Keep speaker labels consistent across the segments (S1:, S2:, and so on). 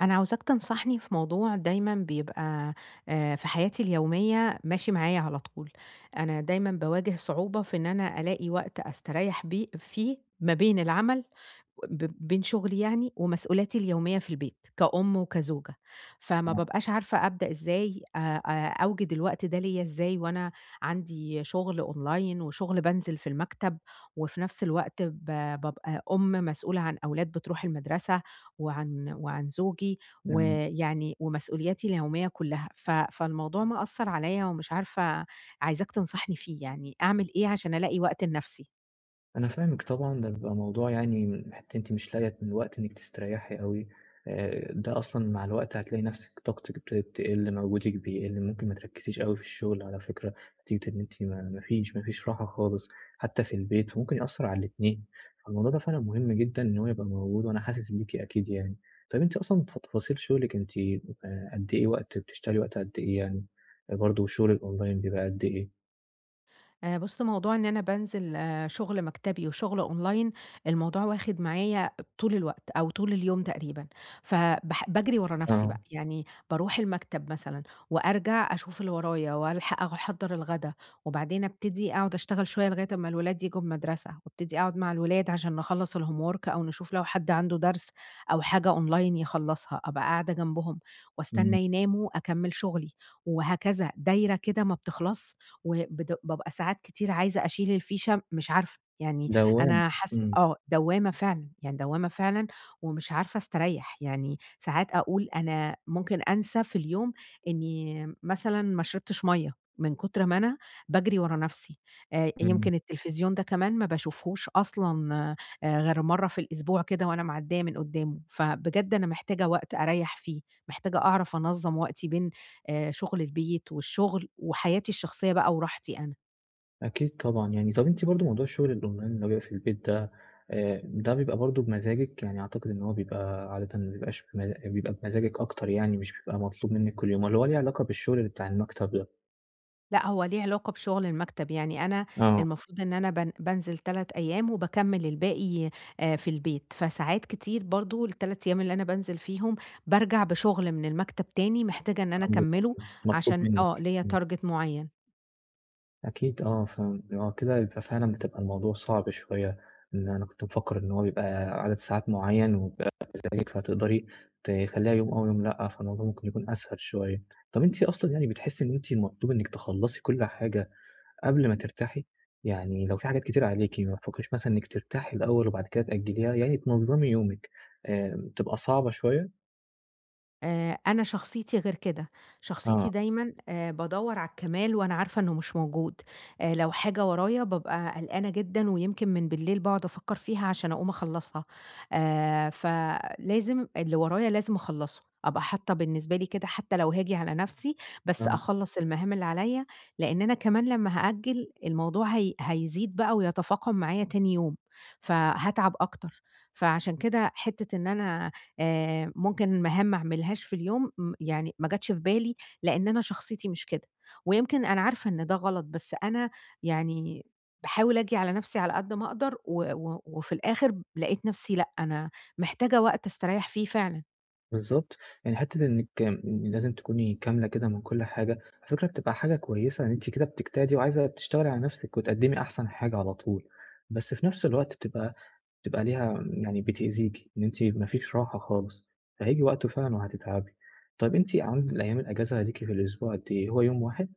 S1: أنا عاوزاك تنصحني في موضوع دايمًا بيبقى في حياتي اليومية ماشي معايا على طول، أنا دايمًا باواجه صعوبة في إن أنا ألاقي وقت أستريّح بيه فيه ما بين العمل بين شغلي يعني ومسؤولياتي اليومية في البيت كأم وكزوجة، فما
S2: آه،
S1: بابقاش عارفة أبدأ إزاي أوجد الوقت ده ليّا إزاي وأنا عندي شغل أونلاين وشغل بانزل في المكتب، وفي نفس الوقت بابقى أم مسؤولة عن أولاد بتروح المدرسة وعن زوجي،
S2: آه،
S1: ويعني ومسؤولياتي اليومية كلها، فالموضوع مأثّر عليّا ومش عارفة عايزاك تنصحني فيه، يعني أعمل إيه عشان ألاقي وقت لنفسي؟
S2: أنا فاهمِك طبعًا، ده بيبقى موضوع يعني حتى أنتِ مش لاقية من الوقت إنِّك تستريحي أوي. ده أصلًا مع الوقت هتلاقي نفسِك طاقتِك ابتدت تقل، مجهودِك بيقل، ممكن ما تركّزيش أوي في الشغل على فكرة، نتيجة إن أنتِ ما فيش راحة خالص، حتى في البيت، فممكن يأثّر على الاتنين، فالموضوع ده فعلًا مهم جدًا إن هو يبقى موجود، وأنا حاسس بيكِ أكيد يعني. طيب أنتِ أصلًا ف تفاصيل شغلِك أنتِ، قد إيه وقت بتشتغلي وقت قد إيه يعني؟ آه، برضه شغل الأونلاين بيبقى قد إيه؟
S1: بُص، موضوع إن أنا بانزل شغل مكتبي وشغل أونلاين، الموضوع واخد معايا طول الوقت أو طول اليوم تقريبًا، باجري ورا نفسي
S2: آه،
S1: بقى، يعني باروح المكتب مثلًا وأرجع أشوف اللي ورايا وألحق أحضّر الغدا، وبعدين أبتدي أقعد أشتغل شوية لغاية أمّا الولاد ييجوا من المدرسة، وابتدي أقعد مع الولاد عشان نخلّص الhomework أو نشوف لو حد عنده درس أو حاجة أونلاين يخلّصها، أبقى قاعدة جنبهم،
S2: إمم،
S1: واستنى يناموا أكمّل شغلي، وهكذا دايرة كده ما بتخلصش. بابقى ساعات كتير عايزة أشيل الفيشة مش عارفة، يعني
S2: دوّامة،
S1: أنا حاسة
S2: إمم.
S1: آه، دوّامة فعلًا، يعني دوّامة فعلًا ومش عارفة أستريّح، يعني ساعات أقول أنا ممكن أنسى في اليوم إني مثلًا ما شربتش مَيّة، من كتر ما أنا باجري ورا نَفْسي،
S2: إمم،
S1: يمكن التلفزيون ده كمان ما باشوفهوش أصلًا غير مرّة في الأسبوع كده وأنا معدّية من قدّامه، فبجد أنا محتاجة وقت أريّح فيه، محتاجة أعرف أنظّم وقتي بين شغل البيت والشغل وحياتي الشخصية بقى وراحتي أنا.
S2: أكيد طبعًا، يعني طَب أنتِ برضه موضوع الشغل الأونلاين اللي هو بيبقى في البيت ده، ده بيبقى برضه بمزاجِك؟ يعني أعتقد إن هو بيبقى عادةً ما بيبقاش بيبقى بمزاجِك أكتر يعني، مش بيبقى مطلوب منِّك كل يوم، والّا هو ليه علاقة بالشغل بتاع المكتب ده؟
S1: لأ، هو ليه علاقة بشغل المكتب، يعني أنا
S2: آه،
S1: المفروض إن أنا بانزل 3 أيام وباكمّل الباقي في البيت، فساعات كتير برضه ال3 أيام اللي أنا بانزل فيهم بارجع بشغل من المكتب تاني محتاجة إن أنا
S2: آه، بيبقى
S1: أكمّله
S2: مطلوب
S1: عشان آه،
S2: منِّك،
S1: ليّا
S2: إمم.
S1: target معيّن.
S2: أكيد آه، ف هو كده يبقى فعلًا بتبقى الموضوع صعب شوية، إن أنا كنت مفكّر إن هو بيبقى عدد ساعات معيّن وبيبقى بمزاجِك فتقدري تخلّيها يوم آه ويوم لأ، فالموضوع ممكن يكون أسهل شوية. طَب أنتِ أصلًا يعني بتحسّي إن أنتِ مطلوب إنِّك تخلّصي كل حاجة قبل ما ترتاحي؟ يعني لو في حاجات كتير عليكِ ما بتفكّريش مثلًا إنِّك ترتاحي الأول وبعد كده تأجّليها، يعني تنظّمي يومِك، بتبقى صعبة شوية؟
S1: أنا شخصيتي غير كده،
S2: آه،
S1: شخصيتي دايمًا بادوّر على الكمال وأنا عارفة إنه مش موجود، لو حاجة ورايا بابقى قلقانة جدًا ويمكن من بالليل باقعد أفكّر فيها عشان أقوم أخلّصها، فلازم اللي ورايا لازم أخلّصه، أبقى حاطة بالنسبة لي كده حتى لو هاجي على نفسي، بس
S2: آه.
S1: أخلّص المهام اللي عليَّ، لإن أنا كمان لمّا هأجّل الموضوع هي هيزيد بقى ويتفاقم معايا تاني يوم، فهاتعب أكتر، فعشان كده حتّة إن أنا ممكن مهام ما أعملهاش في اليوم يعني ما جاتش في بالي، لإن أنا شخصيتي مش كده، ويمكن أنا عارفة إن ده غلط، بس أنا يعني باحاول آجي على نفسي على قد ما أقدر، و و وفي الآخر لقيت نفسي لأ، أنا محتاجة وقت أستريّح فيه فعلًا.
S2: بالضبط، يعني حتّة إنِّك لازم تكوني كاملة كده من كل حاجة، على فكرة بتبقى حاجة كويسة إن أنتِ كده بتجتهدي وعايزة بتشتغلي على نَفْسِك وتقدّمي أحسن حاجة على طول، بس في نَفْس الوقت بتبقى ليها يعني بتأذيكِ، إن أنتِ ما فيش راحة خالص، فهييجي وقت فعلًا وهتتعبي. طيب أنتِ عند أيام الأجازة ليكِ في الأسبوع قد إيه، هو يوم واحد؟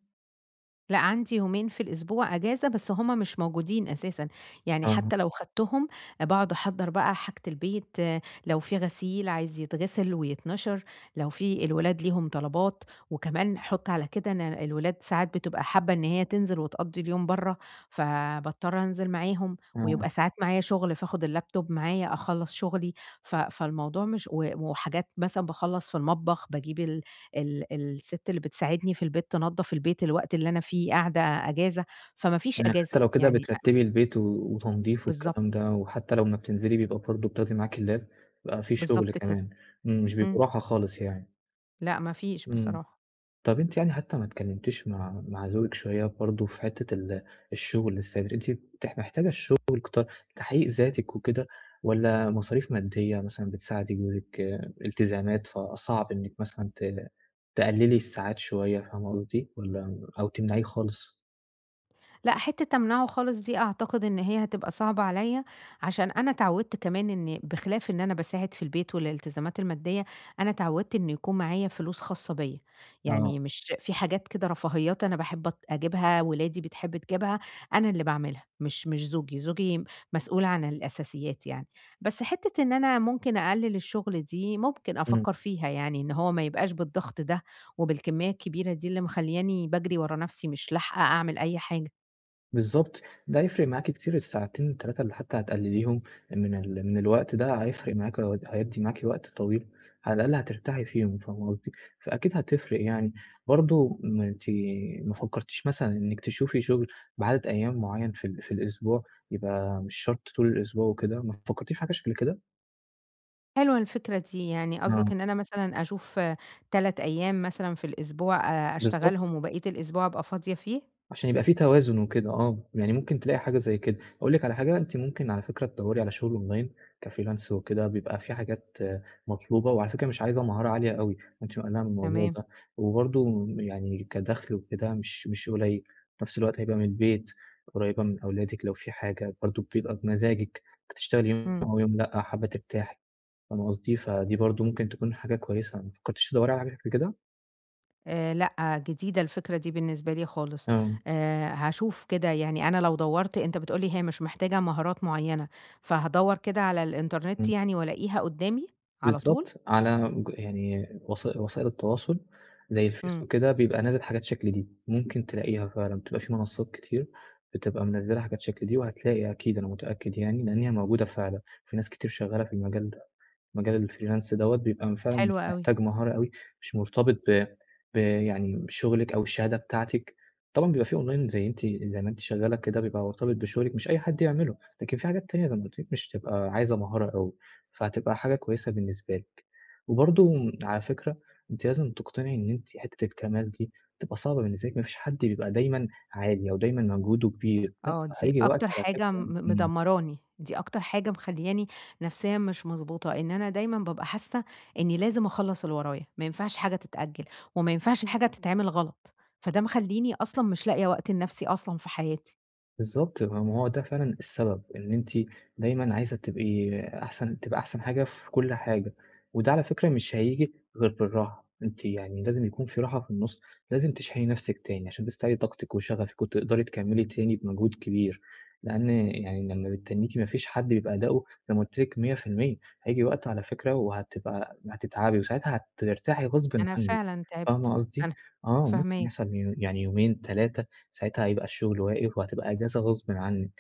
S1: لأ، عندي يومين في الأسبوع أجازة، بس هُم مش موجودين أساسًا، يعني
S2: آه،
S1: حتى لو خدتهم باقعد أحضّر بقى حاجة البيت، آه، لو في غسيل عايز يتغسل ويتنشر، لو في الولاد ليهم طلبات، وكمان حُط على كده أنا الولاد ساعات بتبقى حابة إن هي تنزل وتقضّي اليوم برّه، فباضطر أنزل معاهم،
S2: آه،
S1: ويبقى ساعات معايا شغل فاخد الlaptop معايا أخلّص شغلي، فالموضوع مش وحاجات مثلًا باخلّص في المطبخ، باجيب ال ال الست اللي بتساعدني في البيت تنضّف البيت الوقت اللي أنا فيه قاعدة أجازة، فما فيش
S2: يعني
S1: أجازة،
S2: حتّى لو كده
S1: يعني
S2: بترتّبي البيت وتنضيف
S1: بالضبط،
S2: والكلام ده، وحتّى لو ما بتنزلي بيبقى برضه بتاخدي معاكِ اللاب، بيبقى في شغل
S1: بالضبط كده،
S2: كمان، إمم، مش بيبقى
S1: إمم،
S2: راحة خالص يعني.
S1: لأ ما فيش
S2: إمم.
S1: بصراحة.
S2: طَب أنتِ يعني حتى ما اتكلمتيش مع زوجِك شوية برضه في حتّة ال الشغل الثابت، أنتِ بتح محتاجة الشغل كت تحقيق ذاتِك وكده، والّا مصاريف مادية مثلًا بتساعدِك جوزِك، آه، التزامات، فصعب إنِّك مثلًا ت تقللي الساعات شوية، فاهمة قصدي؟ والّا أو تمنعيه خالص؟
S1: لأ، حتّة أمنعه خالص دي أعتقد إن هي هتبقى صعبة عليّا، عشان أنا اتعودت كمان إن بخلاف إن أنا باساعد في البيت والالتزامات المادية، أنا اتعودت إن يكون معايا فلوس خاصة بيّا،
S2: آه.
S1: يعني مش في حاجات كده رفاهيات أنا باحب أط أجيبها، ولادي بتحب تجيبها، أنا اللي باعملها، مش زوجي، زوجي مسؤول عن الأساسيات يعني. بس حتّة إن أنا ممكن أقلل الشغل دي ممكن
S2: إمم.
S1: أفكّر فيها يعني، إن هو ما يبقاش بالضغط ده، وبالكمية الكبيرة دي اللي مخلّياني باجري ورا نفسي مش لاحقة أعمل أي حاجة.
S2: بالضبط، ده هيفرق معاكِ كتير الساعتين، 3 اللي حتى هتقلليهم من ال من الوقت ده هيفرق معاكِ وهيود هيدّي معاكِ وقت طويل، على الأقل هترتاحي فيهم، فاهمة قصدي؟ فأكيد هتفرق يعني، برضه ما أنتِ ما فكرتيش مثلًا إنِّك تشوفي شغل بعدد أيام معيّن في ال في الأسبوع، يبقى مش شرط طول الأسبوع وكده، ما فكرتيش في حاجة شكل كده؟
S1: حلوة الفكرة دي، يعني
S2: آه.
S1: قصدك إن أنا مثلًا أشوف 3 أيام مثلًا في الأسبوع
S2: بالضبط.
S1: أشتغلهم وبقية الأسبوع أبقى فاضية فيه؟
S2: عشان يبقى في توازن وكده آه، يعني ممكن تلاقي حاجة زي كده. أقول لِك على حاجة، أنتِ ممكن على فكرة تدوّري على شغل أونلاين كfreelance وكده، بيبقى في حاجات آه، مطلوبة وعلى فكرة مش عايزة مهارة عالية أوي، ما تبقاش مقلقة من الموضوع
S1: تمام،
S2: ده، وبرضه يعني كدخل وكده مش قليل، في نفس الوقت هيبقى من البيت، قريبة من أولادِك لو في حاجة، برضه بيبقى بمزاجِك، هتشتغلي يوم
S1: إمم،
S2: أو يوم لأ، حابة ترتاحي، فاهمة قصدي؟ فدي برضه ممكن تكون حاجة كويسة، ما فكرتيش تدوّري على حاجة شكل كده؟
S1: لأ جديدة الفكرة دي بالنسبة لي خالص،
S2: آه،
S1: هاشوف كده يعني أنا لو دَوّرت أنت بتقول لي هي مش محتاجة مهارات معيّنة، فهادوّر كده على الإنترنت
S2: إمم.
S1: يعني وألاقيها قدّامي على طول؟
S2: بالضبط، على ج يعني وس وسائل التواصل زي الفيس
S1: إمم،
S2: وكده، بيبقى نازل حاجات شكل دي، ممكن تلاقيها فعلًا، بتبقى في منصات كتير بتبقى منزّلة حاجات شكل دي، وهتلاقي أكيد أنا متأكد يعني، لإن هي موجودة فعلًا، في ناس كتير شغّالة في المجال ده. مجال الfreelance دوّة بيبقى فعلًا
S1: حلو
S2: مش
S1: أوي.
S2: محتاج مهارة أوي، مش مرتبط ب يعني بشغلِك أو الشهادة بتاعتِك، طبعًا بيبقى في online زي أنتِ زي ما أنتِ شغّالة كده بيبقى مرتبط بشغلِك مش أي حد يعمله، لكن في حاجات تانية زي ما قُلت لِك مش هتبقى عايزة مهارة أوي، فهتبقى حاجة كويسة بالنسبة لِك. وبرضه على فكرة أنتِ لازم تقتنعي إن أنتِ حتّة الكمال دي بتبقى صعبة بالنسبة لِك، ما فيش حد بيبقى دايمًا عالي أو دايمًا مجهوده كبير، لأ
S1: آه، دي
S2: هييجي وقت
S1: أكتر
S2: على
S1: حاجة
S2: فكرة
S1: م
S2: إمم.
S1: مدمّراني، دي أكتر حاجة مخلّياني نفسيًا مش مضبوطة، إن أنا دايمًا بابقى حاسة إني لازم أخلّص اللي ورايا، ما ينفعش حاجة تتأجّل، وما ينفعش الحاجة تتعمل غلط، فده مخلّيني أصلًا مش لاقية وقت لنفسي أصلًا في حياتي،
S2: بالضبط، ما هو ده فعلًا السبب، إن أنتِ دايمًا عايزة تبقي تبقى أحسن حاجة في كل حاجة، وده على فكرة مش هييجي غير بالراحة، أنتِ يعني لازم يكون في راحة في النُص، لازم تشحني نفسِك تاني عشان تستعيدي طاقتِك وشغفِك وتقدري تكمّلي تاني بمجهود كبير، لإن يعني لمّا بتتنّيكِ ما فيش حد بيبقى أداؤه زي ما قُلت لِك 100%. هييجي وقت على فكرة وهتبقى هتتعبي وساعتها هترتاحي غصبٍ
S1: أنا
S2: عنِّك،
S1: فعلًا
S2: فاهمة
S1: تعبت،
S2: قصدي؟
S1: أنا
S2: آه، ممكن
S1: فاهماك.
S2: يحصل يعني يومين، 3 ساعتها هيبقى الشغل واقف وهتبقى إجازة غصبٍ عنِّك،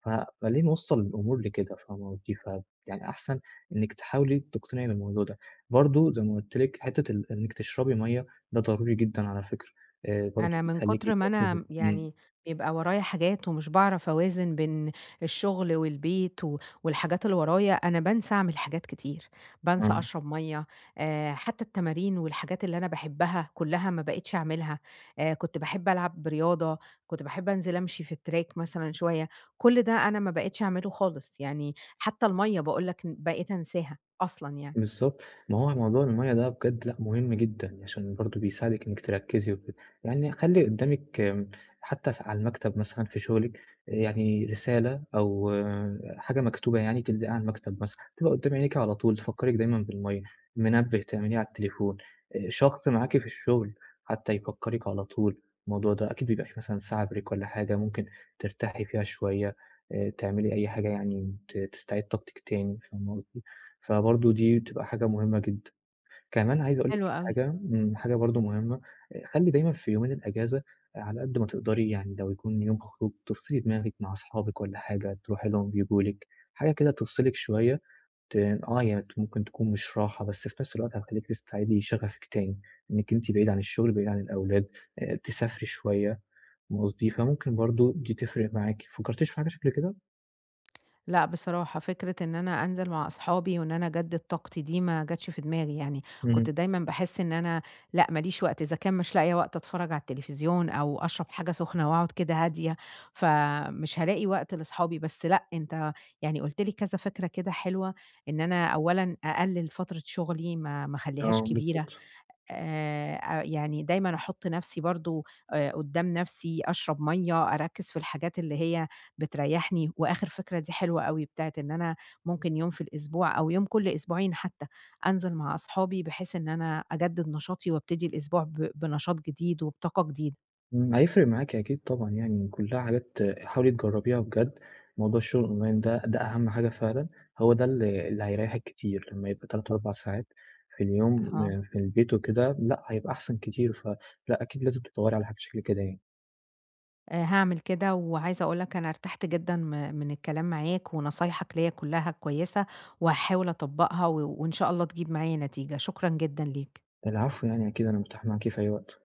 S2: ف فليه نوصّل الأمور لكده، فاهمة قصدي؟ ف يعني أحسن إنِّك تحاولي تقتنعي بالموضوع ده. برضه زي ما قُلت لِك حتّة ال إنِّك تشربي مَيّة ده ضروري جدًا على فكرة، برضه
S1: أنا من
S2: بيخلّيكِ
S1: كتر ما أنا
S2: إمم.
S1: يعني بيبقى ورايا حاجات ومش باعرف أوازن بين الشغل والبيت والحاجات اللي ورايا، أنا بانسى أعمل حاجات كتير،
S2: آه. برضو
S1: بانسى
S2: بيخليكي
S1: أشرب
S2: تركزي.
S1: مَيّة، حتى التمارين والحاجات اللي أنا باحبها كلّها ما بقيتش أعملها، كنت باحب ألعب رياضة، كنت باحب أنزل أمشي في الtrack مثلًا شوية، كل ده أنا ما بقيتش أعمله خالص، يعني حتى المَيّة باقول لك بقيت أنساها أصلًا يعني.
S2: بالضبط، ما هو موضوع المَيّة ده بجد لأ مهم جدًا، عشان برضه بيساعدِك إنِّك تركّزي وكده، يعني خلّي قدّامِك آمم، حتى ف على المكتب مثلًا في شغلِك آه، يعني رسالة أو آه، حاجة مكتوبة يعني تلزقيها على المكتب مثلًا، تبقى قدّام عينيكِ على طول تفكّرِك دايمًا بالمَيّة، منبه تعمليه على التليفون، شخص معاكِ في الشغل حتى يفكّرِك على طول، الموضوع ده أكيد بيبقى في مثلًا ساعة break والّا حاجة ممكن ترتاحي فيها شوية، تعملي أي حاجة يعني تستعيد طاقتِك تاني، فاهمة قصدي؟ فبرضه دي بتبقى حاجة مهمة جدًا. كمان عايز أقول لِك
S1: حلو
S2: على
S1: أوي.
S2: حاجة إمم، حاجة برضه مهمة، خلّي دايمًا في يومين الأجازة على قد ما تقدري يعني لو يكون يوم خروج تفصلي دماغِك مع أصحابِك والّا حاجة، تروحي لهم وييجوا لِك، حاجة كده تفصلِك شوية آه، هي ممكن تكون مش راحة، بس في نفس الوقت هتخلّيكِ تستعيدي شغفِك تاني، إنِّك أنتِ بعيد عن الشغل، بعيد عن الأولاد، تسافري شوية، فاهمة قصدي؟ فممكن برضه دي تفرق معاكِ، ما فكرتيش في حاجة شكل كده؟
S1: لأ، بصراحة فكرة إن أنا أنزل مع أصحابي وإن أنا أجدد طاقتي دي ما جاتش في دماغي يعني،
S2: إمم،
S1: كنت دايمًا باحس إن أنا لأ، ما ليش وقت، إذا كان مش لاقية وقت أتفرج على التلفزيون أو أشرب حاجة سخنة وأقعد كده هادية، فمش هالاقي وقت لأصحابي، بس لأ، أنت يعني قُلت لي كذا فكرة كده حلوة، إن أنا أولًا أقلل فترة شغلي ما أخليهاش
S2: آه،
S1: كبيرة،
S2: بالضبط.
S1: يعني دايمًا أحُط نَفْسي برضه قُدّام نَفْسي، أشرب مَيّة، أركِّز في الحاجات اللي هي بتريّحني، وآخِر فكرة دي حلوة أوي بتاعة إن أنا ممكن يوم في الأسبوع أو يوم كل أسبوعين حتّى أنزل مع أصحابي بحيث إن أنا أجدِّد نشاطي وابتدي الأسبوع بنشاط جديد وبطاقة جديدة.
S2: إمم، هيفرق معاكِ أكيد طبعًا يعني، كلّها حاجات حاولي تجرّبيها بجد، موضوع الشغل أونلاين ده أهم حاجة فعلًا، هو ده ال اللي هيريّحِك كتير، لمّا يبقى 3، 4 ساعات في اليوم
S1: آه.
S2: آه، في البيت وكده، لأ هيبقى أحسن كتير، فلأ أكيد لازم تدوّري على حاجة شكل كده يعني.
S1: هاعمل كده، وعايزة أقول لك أنا ارتحت جدًا من الكلام معاك ونصايحك ليّا كُلّها كويسة وهاحاول أطبّقها وإن شاء الله تجيب معايا نتيجة. شكرًا جدًا ليك.
S2: العفو يعني، أكيد أنا متاح معاكِ في أي وقت.